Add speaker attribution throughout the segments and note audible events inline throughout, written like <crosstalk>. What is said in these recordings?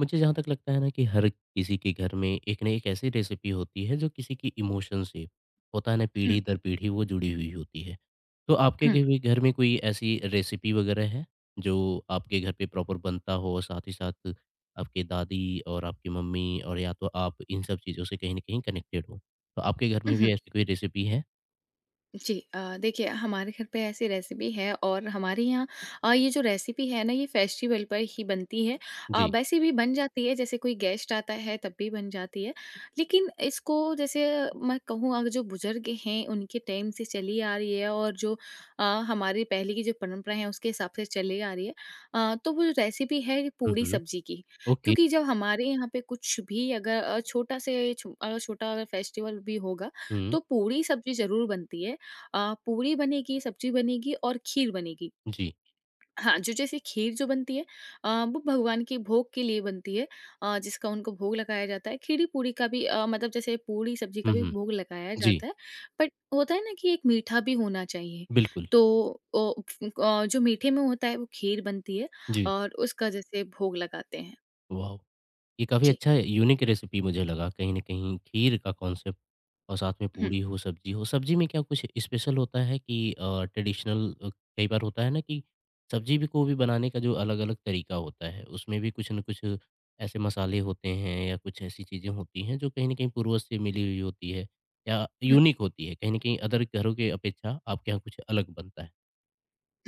Speaker 1: मुझे जहाँ तक लगता है ना कि हर किसी के घर में एक ना एक ऐसी रेसिपी होती है जो किसी की इमोशन से होता है ना पीढ़ी
Speaker 2: 嗯
Speaker 1: दर पीढ़ी वो जुड़ी हुई होती है। तो आपके
Speaker 2: 哼，
Speaker 1: घर भी घर में कोई ऐसी रेसिपी वगैरह है जो आपके घर पे प्रॉपर बनता हो और साथ ही साथ आपके दादी और आपकी मम्मी और या तो आप इन सब चीज़ों से कहीं ना कहीं कनेक्टेड हो? तो आपके घर
Speaker 2: 嗯
Speaker 1: में भी
Speaker 2: 哼。
Speaker 1: ऐसी कोई रेसिपी है?
Speaker 2: जी देखिए हमारे घर पे ऐसी रेसिपी है और हमारे यहाँ ये जो रेसिपी है ना ये फेस्टिवल पर ही बनती है।
Speaker 1: जी।
Speaker 2: वैसे भी बन जाती है, जैसे कोई गेस्ट आता है तब भी बन जाती है। लेकिन इसको जैसे मैं कहूँ, अगर जो बुजुर्ग हैं उनके टाइम से चली आ रही है, और जो हमारी पहले की जो परंपरा है उसके हिसाब से चली आ रही है। तो वो रेसिपी है पूड़ी
Speaker 1: हम्म।
Speaker 2: सब्जी की।
Speaker 1: ओके।
Speaker 2: क्योंकि जब हमारे यहाँ पे कुछ भी अगर छोटा से छो- अ, छोटा अगर फेस्टिवल भी होगा,
Speaker 1: हम्म।
Speaker 2: तो पूड़ी सब्जी जरूर बनती है। अ, पूरी बनेगी, सब्जी बनेगी और खीर बनेगी।
Speaker 1: जी।
Speaker 2: हाँ, जो जैसे खीर जो बनती है वो भगवान के भोग के लिए बनती है। जिसका उनको भोग लगाया जाता है। खीरी-पूरी का भी मतलब जैसे पूरी सब्जी का भी
Speaker 1: हम्म।
Speaker 2: भोग लगाया
Speaker 1: जी।
Speaker 2: जाता है, बट होता है ना कि एक मीठा भी होना चाहिए।
Speaker 1: बिल्कुल।
Speaker 2: तो जो मीठे में होता है वो खीर बनती है
Speaker 1: जी।
Speaker 2: और उसका जैसे भोग लगाते हैं।
Speaker 1: वाह। ये काफ़ी
Speaker 2: जी।
Speaker 1: अच्छा यूनिक रेसिपी मुझे लगा कहीं न कहीं खीर का कॉन्सेप्ट और साथ में
Speaker 2: हुँ,
Speaker 1: पूड़ी हो। सब्जी में क्या कुछ स्पेशल होता है कि ट्रेडिशनल कई बार होता है ना कि सब्जी भी को भी बनाने का जो अलग-अलग तरीका होता है, उसमें भी कुछ न कुछ ऐसे मसाले होते हैं या कुछ ऐसी चीज़ें होती हैं जो कहीं न कहीं पूर्वज से मिली हुई होती है या
Speaker 2: हुँ।
Speaker 1: यूनिक होती है। कहीं न कहीं अदर घरों के अपेक्षा आपके यहाँ कुछ अलग बनता है।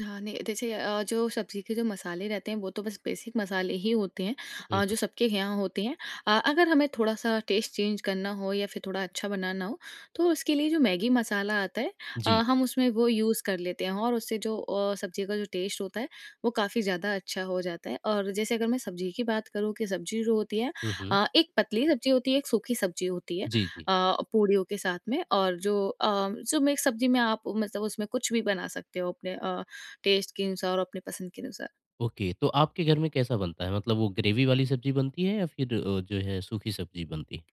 Speaker 2: हाँ, नहीं, जैसे जो सब्ज़ी के जो मसाले रहते हैं वो तो बस बेसिक मसाले ही होते हैं,
Speaker 1: हुँ, हुँ।
Speaker 2: जो सबके यहाँ होते हैं। अगर हमें थोड़ा-सा टेस्ट चेंज करना हो या फिर थोड़ा अच्छा बनाना हो, तो उसके लिए जो मैगी मसाला आता है,
Speaker 1: जी।
Speaker 2: हम उसमें वो यूज़ कर लेते हैं और उससे जो सब्ज़ी का जो टेस्ट होता है वो काफ़ी ज़्यादा अच्छा हो जाता है। और जैसे अगर मैं सब्ज़ी की बात करूँ कि सब्ज़ी जो होती है,
Speaker 1: हुँ, हुँ।
Speaker 2: एक पतली सब्ज़ी होती है, एक सूखी सब्ज़ी होती है
Speaker 1: जी, जी।
Speaker 2: पूड़ियों के साथ में। और जो जो मिक्स सब्ज़ी में आप मतलब उसमें कुछ भी बना सकते हो अपने टेस्ट के अनुसार और अपने पसंद के अनुसार।
Speaker 1: ओके, तो आपके घर में कैसा बनता है? मतलब वो ग्रेवी वाली सब्ज़ी बनती है या फिर जो है सूखी सब्ज़ी बनती है?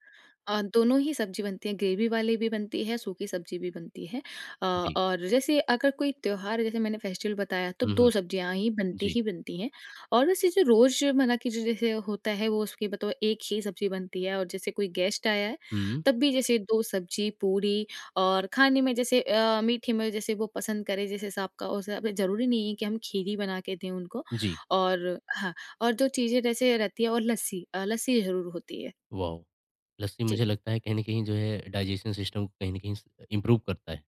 Speaker 2: दोनों ही सब्ज़ी बनती है, ग्रेवी वाली भी बनती है, सूखी सब्ज़ी भी बनती है।
Speaker 1: जी।
Speaker 2: और जैसे अगर कोई त्योहार जैसे मैंने फेस्टिवल बताया तो
Speaker 1: हुँ, हुँ।
Speaker 2: 2 सब्ज़ियाँ
Speaker 1: जी।
Speaker 2: ही बनती हैं। और वैसे जो रोज़मर्रा की जो जैसे होता है वो उसकी बताओ एक ही सब्ज़ी बनती है, और जैसे कोई गेस्ट आया है
Speaker 1: हुँ,
Speaker 2: तब भी जैसे 2 सब्ज़ी, पूरी और खाने में, जैसे मीठे में जैसे वो पसंद करे, जैसे सबका वैसा ज़रूरी नहीं है कि हम खीर बना के दें उनको।
Speaker 1: जी।
Speaker 2: और हाँ, और जो चीज़ें जैसे रहती है, और लस्सी, लस्सी ज़रूर होती है।
Speaker 1: वॉव! लस्सी
Speaker 2: जी।
Speaker 1: मुझे लगता है कहीं न कहीं जो है डाइजेशन सिस्टम को कहीं न कहीं स इम्प्रूव करता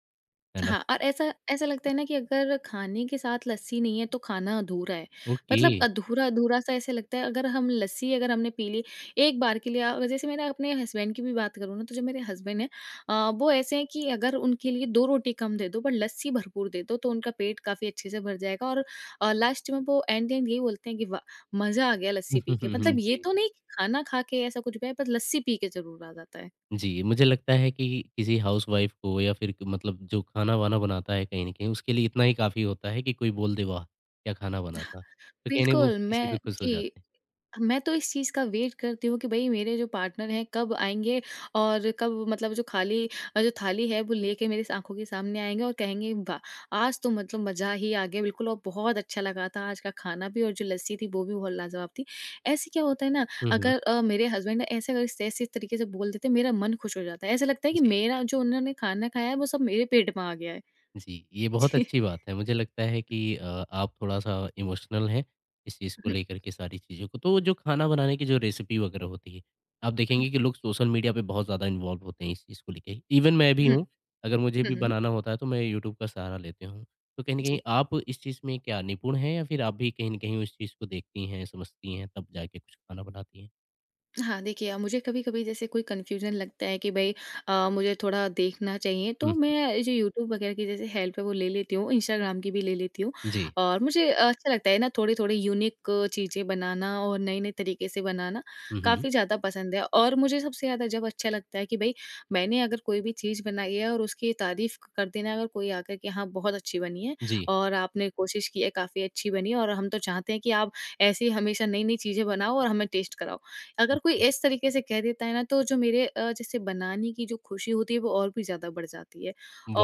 Speaker 1: है ना?
Speaker 2: हाँ, और ऐसा ऐसा लगता है ना कि अगर खाने के साथ लस्सी नहीं है तो खाना अधूरा है।
Speaker 1: ओके।
Speaker 2: मतलब अधूरा-अधूरा सा ऐसे लगता है। अगर हम लस्सी अगर हमने पी ली एक बार के लिए, जैसे मेरा अपने हस्बैंड की भी बात करूँ ना तो जो मेरे हस्बैंड हैं, वो ऐसे हैं कि अगर उनके लिए 2 रोटी कम दे दो पर लस्सी भरपूर दे दो, तो उनका पेट काफ़ी अच्छे से भर जाएगा। और लास्ट में वो एंड एंड यही बोलते हैं कि वाह! मज़ा आ गया लस्सी पी के। मतलब
Speaker 1: <laughs>
Speaker 2: ये
Speaker 1: जी,
Speaker 2: तो नहीं कि खाना खा के ऐसा कुछ भी आया, पर लस्सी पी के ज़रूर आ जाता है।
Speaker 1: जी। मुझे लगता है कि किसी हाउसवाइफ़ को या फिर मतलब जो खाना-वाना बनाता है कहीं न कहीं उसके लिए इतना ही काफ़ी होता है कि कोई बोल दे वाह! क्या खाना बना था। तो कहीं न वो
Speaker 2: बिल्कुल।
Speaker 1: इसी पे
Speaker 2: मैं,
Speaker 1: खुश हो
Speaker 2: जी,
Speaker 1: जाते हैं।
Speaker 2: मैं तो इस चीज़ का वेट करती हूँ कि भई मेरे जो पार्टनर हैं कब आएँगे और कब मतलब जो खाली जो थाली है वो लेके मेरी आँखों के सामने आएँगे और कहेंगे वाह! आज तो मतलब मज़ा ही आ गया बिल्कुल, और बहुत अच्छा लगा था आज का खाना भी, और जो लस्सी थी वो भी बहुत लाजवाब थी। ऐसे क्या होता है ना,
Speaker 1: हुँ, हुँ।
Speaker 2: अगर मेरे हस्बैंड ऐसे अगर इस ऐसे तरीके से बोल देते हैं मेरा मन खुश हो जाता है। ऐसा लगता है कि
Speaker 1: जी।
Speaker 2: मेरा जो उन्होंने खाना खाया है वो सब मेरे पेट में आ गया है।
Speaker 1: जी, ये
Speaker 2: <laughs>
Speaker 1: बहुत
Speaker 2: जी।
Speaker 1: अच्छी बात है। मुझे लगता है कि आप थोड़ा-सा इमोशनल हैं, इस चीज़ को
Speaker 2: हुँ,
Speaker 1: लेकर के सारी चीज़ों को। तो जो खाना बनाने की जो रेसिपी वगैरह होती है, आप देखेंगे कि लोग सोशल मीडिया पे बहुत ज़्यादा इन्वॉल्व होते हैं इस चीज़ को लेके। इवन मैं भी
Speaker 2: हुँ,
Speaker 1: हूँ, अगर मुझे
Speaker 2: हुँ,
Speaker 1: भी
Speaker 2: हुँ, हुँ।
Speaker 1: बनाना होता है तो मैं यूट्यूब का सहारा लेती हूँ। तो कहीं न कहीं
Speaker 2: जी।
Speaker 1: आप इस चीज़ में क्या निपुण हैं या फिर आप भी कहीं न कहीं उस चीज़ को देखती हैं, समझती हैं, तब जाके कुछ खाना बनाती हैं?
Speaker 2: हाँ, देखिए, मुझे कभी-कभी जैसे कोई कन्फ्यूज़न लगता है कि भई मुझे थोड़ा देखना चाहिए,
Speaker 1: हुँ,
Speaker 2: तो
Speaker 1: हुँ।
Speaker 2: मैं जो यूट्यूब वगैरह की जैसे हेल्प है वो ले लेती हूँ, इंस्टाग्राम की भी ले लेती हूँ।
Speaker 1: जी।
Speaker 2: और मुझे अच्छा लगता है ना थोड़ी-थोड़ी यूनिक चीज़ें बनाना, और नए-नए तरीके से बनाना
Speaker 1: हुँ, हुँ।
Speaker 2: काफ़ी ज़्यादा पसंद है। और मुझे सबसे ज़्यादा जब अच्छा लगता है कि भई मैंने अगर कोई भी चीज़ बनाई है और उसकी तारीफ़ कर देना, अगर कोई आकर के हाँ, बहुत अच्छी बनी है,
Speaker 1: जी।
Speaker 2: और आपने कोशिश की है, काफ़ी अच्छी बनी है, और हम तो चाहते हैं कि आप ऐसी हमेशा नई-नई चीज़ें बनाओ और हमें टेस्ट कराओ। अगर कोई इस तरीके से कह देता है ना तो जो मेरे जैसे बनाने की जो खुशी होती है वो और भी ज़्यादा बढ़ जाती है।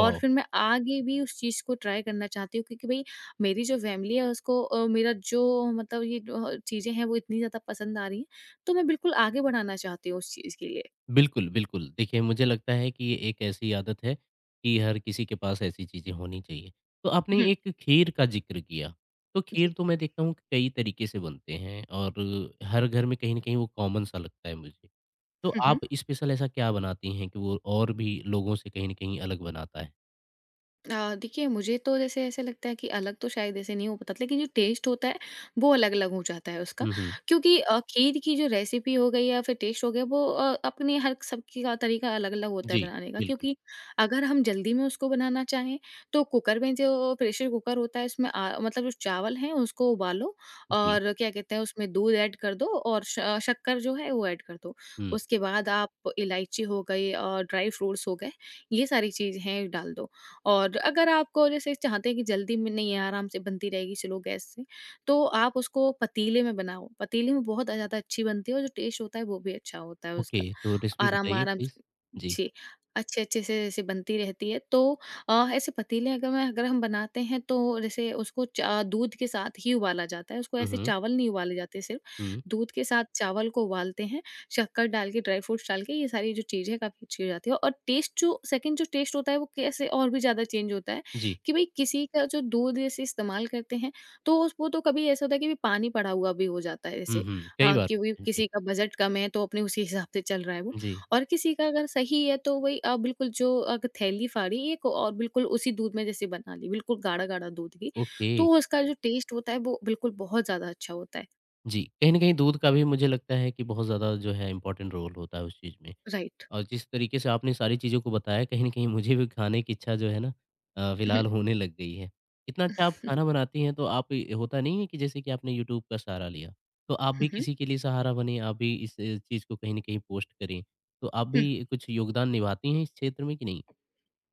Speaker 2: और फिर मैं आगे भी उस चीज़ को ट्राई करना चाहती हूँ, क्योंकि भई मेरी जो फ़ैमिली है उसको, मेरा जो मतलब ये चीज़ें हैं वो इतनी ज़्यादा पसंद आ रही हैं, तो मैं बिल्कुल आगे बढ़ाना चाहती हूँ उस चीज़ के लिए।
Speaker 1: बिल्कुल, बिल्कुल। देखिए, मुझे लगता है कि ये एक ऐसी आदत है कि हर किसी के पास ऐसी चीज़ें होनी चाहिए। तो आपने
Speaker 2: हुँ,
Speaker 1: एक खीर का ज़िक्र किया, तो खीर
Speaker 2: जी।
Speaker 1: तो मैं देखता हूँ कि कई तरीके से बनते हैं और हर घर में कहीं न कहीं वो कॉमन सा लगता है मुझे। तो
Speaker 2: हुँ, हुँ।
Speaker 1: आप स्पेशल ऐसा क्या बनाती हैं कि वो और भी लोगों से कहीं न कहीं अलग बनाता है?
Speaker 2: देखिए मुझे तो जैसे ऐसे लगता है कि अलग तो शायद ऐसे नहीं हो पाता, लेकिन जो टेस्ट होता है वो अलग-अलग हो जाता है उसका।
Speaker 1: हुँ, हुँ।
Speaker 2: क्योंकि खीर की जो रेसिपी हो गई या फिर टेस्ट हो गया, वो अपने हर सबकी का तरीका अलग-अलग होता है
Speaker 1: जी,
Speaker 2: बनाने का।
Speaker 1: बिल्कुल।
Speaker 2: क्योंकि अगर हम जल्दी में उसको बनाना चाहें तो कुकर में, जो प्रेशर कुकर होता है उसमें, मतलब जो चावल हैं उसको उबालो
Speaker 1: जी।
Speaker 2: और क्या कहते हैं उसमें दूध ऐड कर दो और शक्कर जो है वो ऐड कर दो।
Speaker 1: हुँ,
Speaker 2: उसके बाद आप इलायची हो गई और ड्राई फ्रूट्स हो गए, ये सारी चीज़ें डाल दो। और अगर आपको जैसे चाहते हैं कि जल्दी में नहीं है, आराम से बनती रहेगी स्लो गैस से, तो आप उसको पतीले में बनाओ। पतीले में बहुत ज़्यादा अच्छी बनती है और जो टेस्ट होता है वो भी अच्छा होता है
Speaker 1: ओके,
Speaker 2: उसका।
Speaker 1: तो रेसिपी बताइए
Speaker 2: आराम-आराम
Speaker 1: प्लीज़?
Speaker 2: से,
Speaker 1: जी।
Speaker 2: जी, अच्छे-अच्छे से जैसे बनती रहती है। तो ऐसे पतीले अगर हम बनाते हैं तो जैसे उसको चा दूध के साथ ही उबाला जाता है, उसको
Speaker 1: हुँ,
Speaker 2: ऐसे
Speaker 1: हुँ।
Speaker 2: चावल नहीं उबाले जाते सिर्फ़,
Speaker 1: हुँ,
Speaker 2: दूध के साथ चावल को उबालते हैं। शक्कर डाल के, ड्राई फ्रूट्स डाल के, ये सारी जो चीज़ है काफ़ी अच्छी हो जाती है, और टेस्ट जो सेकंड जो टेस्ट होता है वो कैसे और भी ज़्यादा चेंज होता है
Speaker 1: जी।
Speaker 2: कि भई किसी का जो दूध जैसे इस्तेमाल करते हैं, तो उस वो तो कभी ऐसा होता है कि भी पानी पड़ा हुआ भी हो जाता है,
Speaker 1: हुँ,
Speaker 2: जैसे
Speaker 1: हुँ। कई बार
Speaker 2: कि वही
Speaker 1: होता है। जी,
Speaker 2: किसी का बजट कम है तो अपने उसी हिसाब से चल रहा है वो,
Speaker 1: जी।
Speaker 2: और किसी का अगर सही है तो वही, बिल्कुल जो अग थैली फाड़ी एक और बिल्कुल उसी दूध में जैसे बना ली, बिल्कुल गाढ़ा-गाढ़ा दूध की,
Speaker 1: ओके।
Speaker 2: तो उसका जो टेस्ट होता है वो बिल्कुल बहुत ज़्यादा अच्छा होता है।
Speaker 1: जी, कहीं न कहीं दूध का भी मुझे लगता है कि बहुत ज़्यादा जो है इम्पोर्टेंट रोल होता है उस चीज़ में।
Speaker 2: राइट।
Speaker 1: और जिस तरीके से आपने सारी चीज़ों को बताया कहीं न कहीं मुझे भी खाने की इच्छा जो है ना फ़िलहाल होने लग गई है। इतना अच्छा आप खाना बनाती हैं तो आप ये होता नहीं है कि जैसे कि आपने यूट्यूब का सहारा लिया, तो आप
Speaker 2: हुँ,
Speaker 1: भी
Speaker 2: हुँ, हुँ।
Speaker 1: किसी के लिए सहारा बने, आप भी इस चीज़ को कहीं न कहीं पोस्ट करें। तो आप भी
Speaker 2: <laughs>
Speaker 1: कुछ योगदान निभाती हैं इस क्षेत्र में कि नहीं?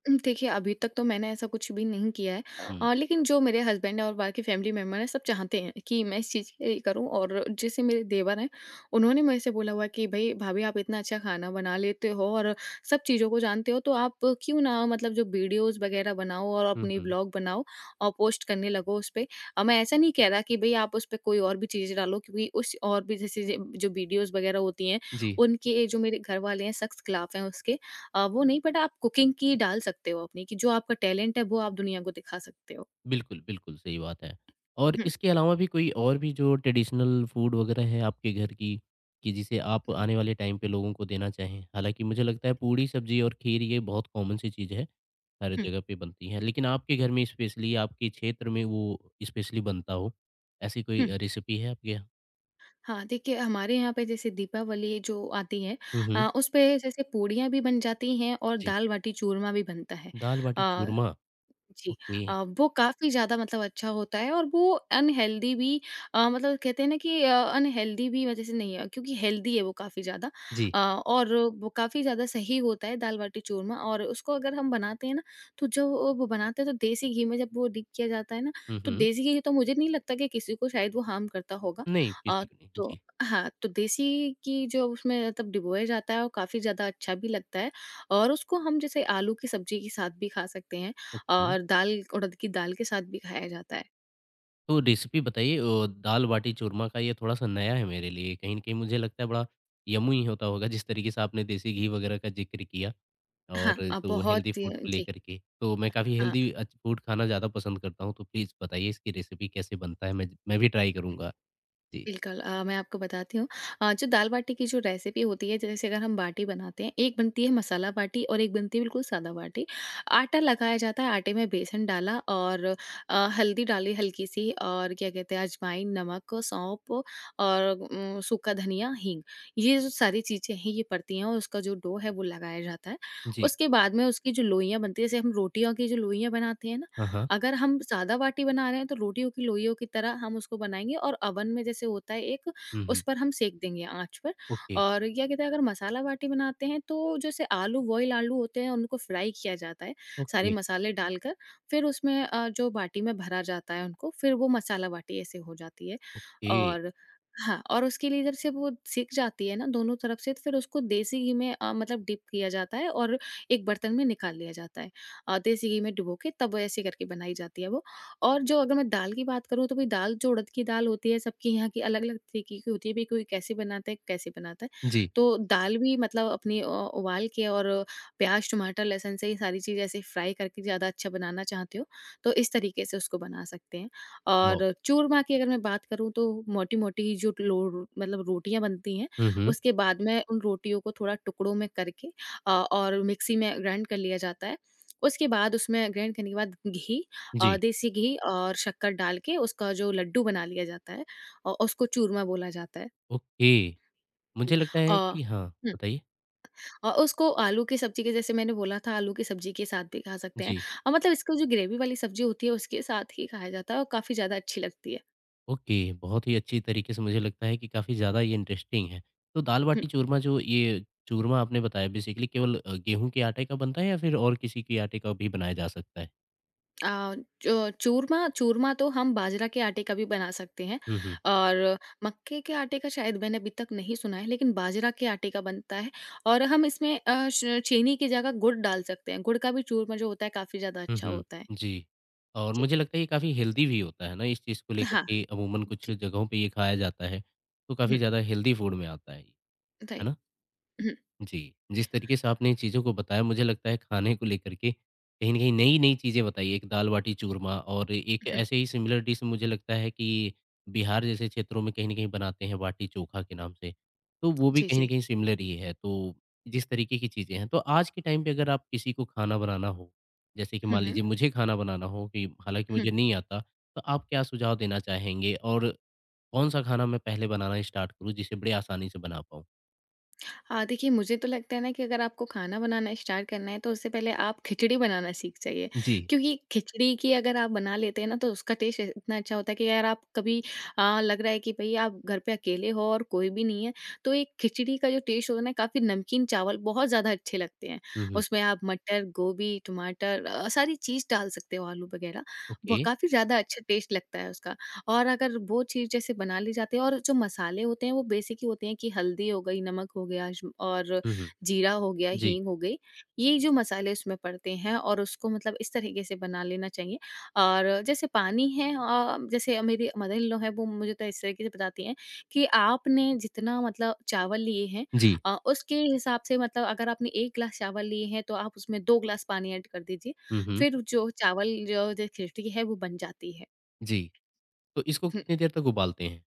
Speaker 2: देखिए, अभी तक तो मैंने ऐसा कुछ भी नहीं किया है।
Speaker 1: हुँ।
Speaker 2: लेकिन जो मेरे हस्बैंड हैं और बाकी फैमिली मेंबर हैं, सब चाहते हैं कि मैं इस करूँ, और जैसे मेरे देवर हैं, उन्होंने मेरे से बोला हुआ है कि, "भई, भाभी आप इतना अच्छा खाना बना लेते हो और सब चीज़ों को जानते हो, तो आप क्यों ना मतलब जो वीडियोज़ वगैरह बनाओ और
Speaker 1: हुँ,
Speaker 2: अपनी
Speaker 1: हुँ।
Speaker 2: ब्लॉग बनाओ और पोस्ट करने लगो उस पे।" मैं ऐसा नहीं कह रहा कि भई आप उस पे कोई और भी चीज़ें डालो, क्योंकि उस और भी जैसे जे जो वीडियोज़ वगैरह होती हैं,
Speaker 1: जी।
Speaker 2: उनके जो मेरे घरवाले हैं, सख्त खिलाफ हैं उसके। वो नहीं, बट आप कुकिंग की डाल सकते हो अपनी, कि जो आपका टैलेंट है वो आप दुनिया को दिखा सकते हो।
Speaker 1: बिल्कुल, बिल्कुल, सही बात है। और
Speaker 2: हुँ,
Speaker 1: इसके अलावा भी कोई और भी जो ट्रेडिशनल फूड वगैरह है आपके घर की, कि जिसे आप आने वाले टाइम पे लोगों को देना चाहें? हालाँकि मुझे लगता है पूड़ी, सब्ज़ी और खीर ये बहुत कॉमन सी चीज़ है, हर
Speaker 2: हुँ,
Speaker 1: जगह पे बनती है। लेकिन आपके घर में स्पेशली आपके क्षेत्र में वो स्पेशली बनता हो, ऐसी कोई
Speaker 2: हुँ।
Speaker 1: रेसिपी है आपके यहाँ?
Speaker 2: हाँ, देखिए हमारे यहाँ पे जैसे दीपावली जो आती है,
Speaker 1: हुँ, हुँ।
Speaker 2: उस पे जैसे पूड़ियाँ भी बन जाती हैं और
Speaker 1: जी,
Speaker 2: दाल-बाटी चूरमा भी बनता है।
Speaker 1: दाल बाटी
Speaker 2: अ
Speaker 1: चूरमा,
Speaker 2: जी।
Speaker 1: ओके।
Speaker 2: वो काफ़ी ज़्यादा मतलब अच्छा होता है, और वो अनहेल्दी भी, मतलब कहते हैं ना कि अनहेल्दी भी वजह से नहीं है, क्योंकि हेल्दी है वो काफ़ी ज़्यादा,
Speaker 1: जी।
Speaker 2: अ, और वो काफ़ी ज़्यादा सही होता है दाल बाटी चूरमा। और उसको अगर हम बनाते हैं ना, तो जो वो बनाते हैं तो देसी घी में जब वो डिप किया जाता है ना,
Speaker 1: हुँ,
Speaker 2: तो
Speaker 1: हुँ।
Speaker 2: देसी घी तो मुझे नहीं लगता कि किसी को शायद वो हार्म करता होगा।
Speaker 1: नहीं,
Speaker 2: अ,
Speaker 1: किसी को नहीं। जी,
Speaker 2: तो हाँ, तो देसी घी जो उसमें तब डिबोया जाता है और काफ़ी ज़्यादा अच्छा भी लगता है, और उसको हम जैसे आलू की सब्ज़ी के साथ भी खा सकते हैं।
Speaker 1: ओके।
Speaker 2: और दाल, उड़द की दाल के साथ भी खाया जाता है।
Speaker 1: तो रेसिपी बताइए दाल बाटी चूरमा का ये थोड़ा-सा नया है मेरे लिए। कहीं न कहीं मुझे लगता है बड़ा यम्मी होता होगा जिस तरीके से आपने देसी घी वगैरह का ज़िक्र किया और
Speaker 2: हाँ,
Speaker 1: तो हेल्दी फूड को
Speaker 2: जी,
Speaker 1: लेकर के। तो मैं काफ़ी
Speaker 2: हाँ,
Speaker 1: हेल्दी अच्छ फूड खाना ज़्यादा पसंद करता हूँ, तो प्लीज़ बताइए इसकी रेसिपी कैसे बनता है? मैं भी ट्राई करूँगा। जी,
Speaker 2: बिल्कुल, मैं आपको बताती हूँ। जो दाल बाटी की जो रेसिपी होती है, जैसे अगर हम बाटी बनाते हैं, एक बनती है मसाला बाटी और एक बनती है बिल्कुल सादा बाटी। आटा लगाया जाता है, आटे में बेसन डाला, और हल्दी डाली हल्की-सी, और क्या कहते हैं अजवाइन, नमक, सौंफ और सूखा धनिया, हींग। ये जो सारी चीज़ें हैं, ये पड़ती हैं और उसका जो डो है वो लगाया जाता है।
Speaker 1: जी।
Speaker 2: उसके बाद में उसकी जो लोइयाँ बनती हैं, जैसे हम रोटियों की जो लोइयाँ बनाते हैं ना।
Speaker 1: हाँ, हाँ।
Speaker 2: अगर हम सादा बाटी बना रहे हैं तो रोटियों की लोइयों की तरह हम उसको बनाएँगे और ओवन में जैसे होता है एक,
Speaker 1: हुँ,
Speaker 2: उस
Speaker 1: हुँ।
Speaker 2: पर हम सेंक देंगे आँच पर।
Speaker 1: ओके,
Speaker 2: और क्या कहते हैं अगर मसाला बाटी बनाते हैं तो जैसे आलू बॉयल आलू होते हैं उनको फ्राई किया जाता है, सारे
Speaker 1: ओके,
Speaker 2: मसाले डालकर फिर उसमें जो बाटी में भरा जाता है उनको फिर वो मसाला बाटी ऐसे हो जाती है।
Speaker 1: ओके।
Speaker 2: और हाँ, और उसके लिए इधर से वो सिक जाती है ना दोनों तरफ से, तो फिर उसको देसी घी में मतलब डिप किया जाता है और एक बर्तन में निकाल लिया जाता है। देसी घी में डुबो के तब ऐसे करके बनाई जाती है वो। और जो अगर मैं दाल की बात करूँ तो भई दाल जो उड़द की दाल होती है सबके यहाँ की अलग-अलग तरीके की होती है, भई कोई कैसे बनाता है, कैसे बनाता है।
Speaker 1: जी,
Speaker 2: तो दाल भी मतलब अपनी उबाल के और प्याज़, टमाटर, लहसुन से ये सारी चीज़ें ऐसे फ्राई करके ज़्यादा अच्छा बनाना चाहते हो, तो इस तरीके से उसको बना सकते हैं।
Speaker 1: वाव!
Speaker 2: और चूरमा की अगर मैं बात करूँ तो मोटी-मोटी जो लो मतलब रोटियाँ बनती हैं,
Speaker 1: हुँ, हुँ।
Speaker 2: उसके बाद में उन रोटियों को थोड़ा टुकड़ों में करके और मिक्सी में ग्राइंड कर लिया जाता है। उसके बाद उसमें ग्राइंड करने के बाद घी,
Speaker 1: जी,
Speaker 2: देसी घी और शक्कर डाल के उसका जो लड्डू बना लिया जाता है और उसको चूरमा बोला जाता है।
Speaker 1: ओके।
Speaker 2: जी।
Speaker 1: मुझे लगता
Speaker 2: अ,
Speaker 1: है कि हाँ,
Speaker 2: हुँ,
Speaker 1: बताइए?
Speaker 2: और उसको आलू की सब्ज़ी के, जैसे मैंने बोला था, आलू की सब्ज़ी के साथ भी खा सकते हैं।
Speaker 1: जी।
Speaker 2: मतलब इसका जो ग्रेवी वाली सब्ज़ी होती है उसके साथ ही खाया जाता है और काफ़ी ज़्यादा अच्छी लगती है।
Speaker 1: ओके, बहुत ही अच्छी तरीके से मुझे लगता है कि काफ़ी ज़्यादा ये इंटरेस्टिंग है। तो
Speaker 2: हुँ।
Speaker 1: दाल-बाटी चूरमा जो ये चूरमा आपने बताया बेसिकली केवल गेहूँ के आटे का बनता है या फिर और किसी के आटे का भी बनाया जा सकता है?
Speaker 2: अ, जो चूरमा चूरमा तो हम बाजरा के आटे का भी बना सकते हैं
Speaker 1: हुँ, हुँ।
Speaker 2: और मक्के के आटे का शायद मैंने अभी तक नहीं सुना है, लेकिन बाजरा के आटे का बनता है। और हम इसमें चीनी की जगह गुड़ डाल सकते हैं। गुड़ का भी चूरमा जो होता है काफ़ी ज़्यादा
Speaker 1: हुँ,
Speaker 2: अच्छा होता है।
Speaker 1: हुँ। जी। और
Speaker 2: जी।
Speaker 1: मुझे लगता है ये काफ़ी हेल्दी भी होता है ना इस चीज़ को लेकर
Speaker 2: हाँ।
Speaker 1: के अमूमन कुछ
Speaker 2: जी।
Speaker 1: जगहों पे ये खाया जाता है, तो काफ़ी
Speaker 2: हम्म,
Speaker 1: ज़्यादा हेल्दी फूड में आता है ये, है
Speaker 2: राइट।
Speaker 1: ना?
Speaker 2: हम्म।
Speaker 1: जी, जिस तरीके से आपने चीज़ों को बताया मुझे लगता है खाने को लेकर के कहीं न कहीं नई-नई चीज़ें बताई। एक दाल-बाटी चूरमा और एक
Speaker 2: हम्म।
Speaker 1: ऐसे ही सिमिलर डिश मुझे लगता है कि बिहार जैसे क्षेत्रों में कहीं न कहीं बनाते हैं बाटी-चोखा के नाम से। तो वो भी
Speaker 2: जी,
Speaker 1: कहीं
Speaker 2: जी।
Speaker 1: न कहीं सिमिलर ही है। तो जिस तरीके की चीज़ें हैं, तो आज के टाइम पे अगर आप किसी को खाना बनाना हो, जैसे कि
Speaker 2: हम्म।
Speaker 1: मान
Speaker 2: हम्म।
Speaker 1: लीजिए मुझे खाना बनाना हो कि हालाँकि
Speaker 2: हम्म।
Speaker 1: मुझे नहीं आता, तो आप क्या सुझाव देना चाहेंगे? और कौन-सा खाना मैं पहले बनाना स्टार्ट करूँ जिसे बड़ी आसानी से बना पाऊँ?
Speaker 2: हाँ, देखिए मुझे तो लगता है ना कि अगर आपको खाना बनाना स्टार्ट करना है तो उससे पहले आप खिचड़ी बनाना सीख जाइए।
Speaker 1: जी।
Speaker 2: क्योंकि खिचड़ी की अगर आप बना लेते हैं ना तो उसका टेस्ट इतना अच्छा होता है कि यार आप कभी लग रहा है कि भई आप घर पे अकेले हो और कोई भी नहीं है, तो एक खिचड़ी का जो टेस्ट होता है ना, काफ़ी नमकीन चावल बहुत ज़्यादा अच्छे लगते हैं।
Speaker 1: हुँ, हुँ।
Speaker 2: उसमें आप मटर, गोभी, टमाटर, सारी चीज़ डाल सकते हो, आलू वगैरह,
Speaker 1: ओके।
Speaker 2: वो काफ़ी ज़्यादा अच्छा टेस्ट लगता है उसका। और अगर वो चीज़ जैसे बना ली जाती है और जो मसाले होते हैं वो बेसिक ही होते हैं कि हल्दी हो गई, नमक हो गया ज और
Speaker 1: हुँ, हुँ।
Speaker 2: जीरा हो गया,
Speaker 1: जी,
Speaker 2: हींग हो गई। ये जो मसाले उसमें पड़ते हैं और उसको मतलब इस तरीके से बना लेना चाहिए। और जैसे पानी है, जैसे मेरी मदर इन लॉ है वो मुझे तो इस तरीके से बताती हैं कि आपने जितना मतलब चावल लिए हैं,
Speaker 1: जी।
Speaker 2: उसके हिसाब से मतलब अगर आपने 1 ग्लास चावल लिए हैं तो आप उसमें 2 ग्लास पानी ऐड कर दीजिए।
Speaker 1: हुँ, हुँ।
Speaker 2: फिर जो चावल जो जो खिचड़ी है वो बन जाती है।
Speaker 1: जी, तो इसको कितनी
Speaker 2: <laughs>
Speaker 1: देर तक उबालते हैं?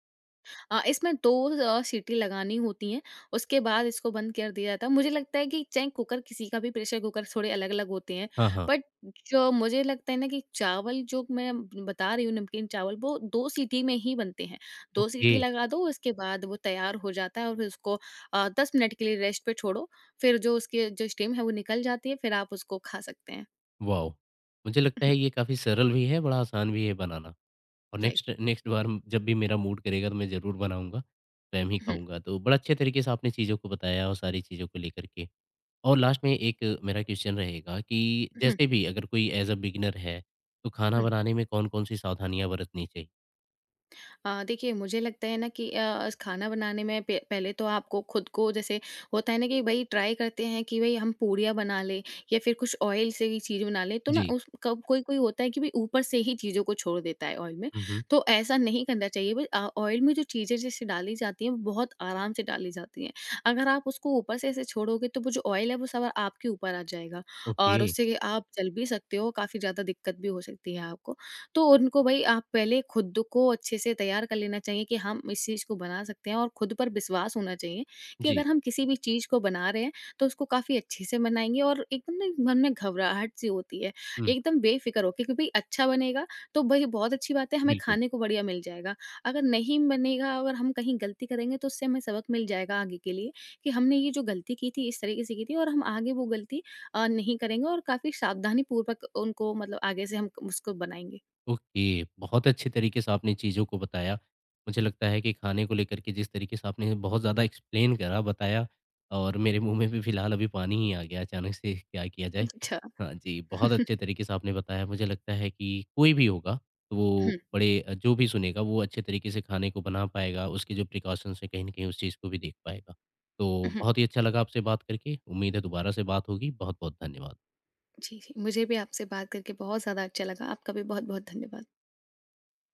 Speaker 2: इसमें 2 सीटी लगानी होती हैं, उसके बाद इसको बंद कर दिया जाता है। मुझे लगता है कि चाहे कुकर किसी का भी, प्रेशर कुकर थोड़े अलग-अलग होते हैं,
Speaker 1: हाँ, हाँ।
Speaker 2: बट जो मुझे लगता है ना कि चावल जो मैं बता रही हूँ, नमकीन चावल, वो 2 सीटी में ही बनते हैं। 2
Speaker 1: ओके,
Speaker 2: सीटी लगा दो, उसके बाद वो तैयार हो जाता है और फिर उसको 10 मिनट के लिए रेस्ट पे छोड़ो, फिर जो उसकी जो स्टीम है वो निकल जाती है, फिर आप उसको खा सकते हैं।
Speaker 1: वॉव! मुझे लगता है ये
Speaker 2: <laughs>
Speaker 1: काफ़ी सरल भी है, बड़ा आसान भी है बनाना और
Speaker 2: राइट।
Speaker 1: नेक्स्ट नेक्स्ट बार जब भी मेरा मूड करेगा तो मैं ज़रूर बनाऊँगा, स्वयं ही
Speaker 2: <laughs> हुँ,
Speaker 1: खाऊँगा। तो बड़ा अच्छे तरीके से आपने चीज़ों को बताया और सारी चीज़ों को लेकर के और लास्ट में एक मेरा क्वेश्चन रहेगा कि
Speaker 2: हुँ, हुँ।
Speaker 1: जैसे भी अगर कोई ऐज़ अ बिगिनर है, तो खाना बनाने में कौन-कौन सी सावधानियाँ बरतनी चाहिए?
Speaker 2: देखिए मुझे लगता है ना कि खाना बनाने में पे पहले तो आपको खुद को जैसे होता है ना कि भाई ट्राई करते हैं कि भाई हम पूरियाँ बना लें या फिर कुछ ऑयल से ही चीज़ बना लें, तो ना
Speaker 1: जी।
Speaker 2: उस कब कोई कोई होता है कि भाई ऊपर से ही चीज़ों को छोड़ देता है ऑयल में।
Speaker 1: हुँ, हुँ।
Speaker 2: तो ऐसा नहीं करना चाहिए भाई, ऑयल में जो चीज़ें जैसे डाली जाती हैं वो बहुत आराम से डाली जाती हैं। अगर आप उसको ऊपर से ऐसे छोड़ोगे तो वो जो ऑयल है वो सब आपके ऊपर आ जाएगा
Speaker 1: ओके।
Speaker 2: और उससे आप जल भी सकते हो, काफ़ी ज़्यादा दिक्कत भी हो सकती है आपको। तो उनको भाई, आप पहले खुद को अच्छे से तैयार कर लेना चाहिए कि हम इस चीज़ को बना सकते हैं और खुद पर विश्वास होना चाहिए कि
Speaker 1: जी।
Speaker 2: अगर हम किसी भी चीज़ को बना रहे हैं तो उसको काफ़ी अच्छे से बनाएंगे, और एकदम ना मन में घबराहट सी होती है,
Speaker 1: हुँ,
Speaker 2: एकदम बेफिक्र होके कि भाई अच्छा बनेगा तो भाई बहुत अच्छी बात है, हमें
Speaker 1: बिल्कुल।
Speaker 2: खाने को बढ़िया मिल जाएगा। अगर नहीं बनेगा, अगर हम कहीं गलती करेंगे तो उससे हमें सबक मिल जाएगा आगे के लिए, कि हमने ये जो गलती की थी इस तरीके से की थी, और हम आगे वो गलती नहीं करेंगे और काफ़ी सावधानी पूर्वक उनको, मतलब आगे से, हम उसको बनाएंगे।
Speaker 1: ओके, बहुत अच्छे तरीके से आपने चीज़ों को बताया। मुझे लगता है कि खाने को लेकर के जिस तरीके से आपने बहुत ज़्यादा एक्सप्लेन करा, बताया और मेरे मुँह में भी फ़िलहाल अभी पानी ही आ गया अचानक से <laughs> क्या किया जाए।
Speaker 2: अच्छा।
Speaker 1: हाँ जी, बहुत
Speaker 2: <laughs>
Speaker 1: अच्छे तरीके से आपने बताया। मुझे लगता है कि कोई भी होगा, तो वो
Speaker 2: हुँ,
Speaker 1: बड़े जो भी सुनेगा वो अच्छे तरीके से खाने को बना पाएगा, उसके जो प्रिकॉशंस हैं कहीं न कहीं उस चीज़ को भी देख पाएगा। तो
Speaker 2: हुँ,
Speaker 1: बहुत ही अच्छा लगा आपसे बात करके, उम्मीद है दोबारा से बात होगी। बहुत-बहुत धन्यवाद।
Speaker 2: जी, जी। मुझे भी आपसे बात करके बहुत ज़्यादा अच्छा लगा। आपका भी बहुत-बहुत धन्यवाद।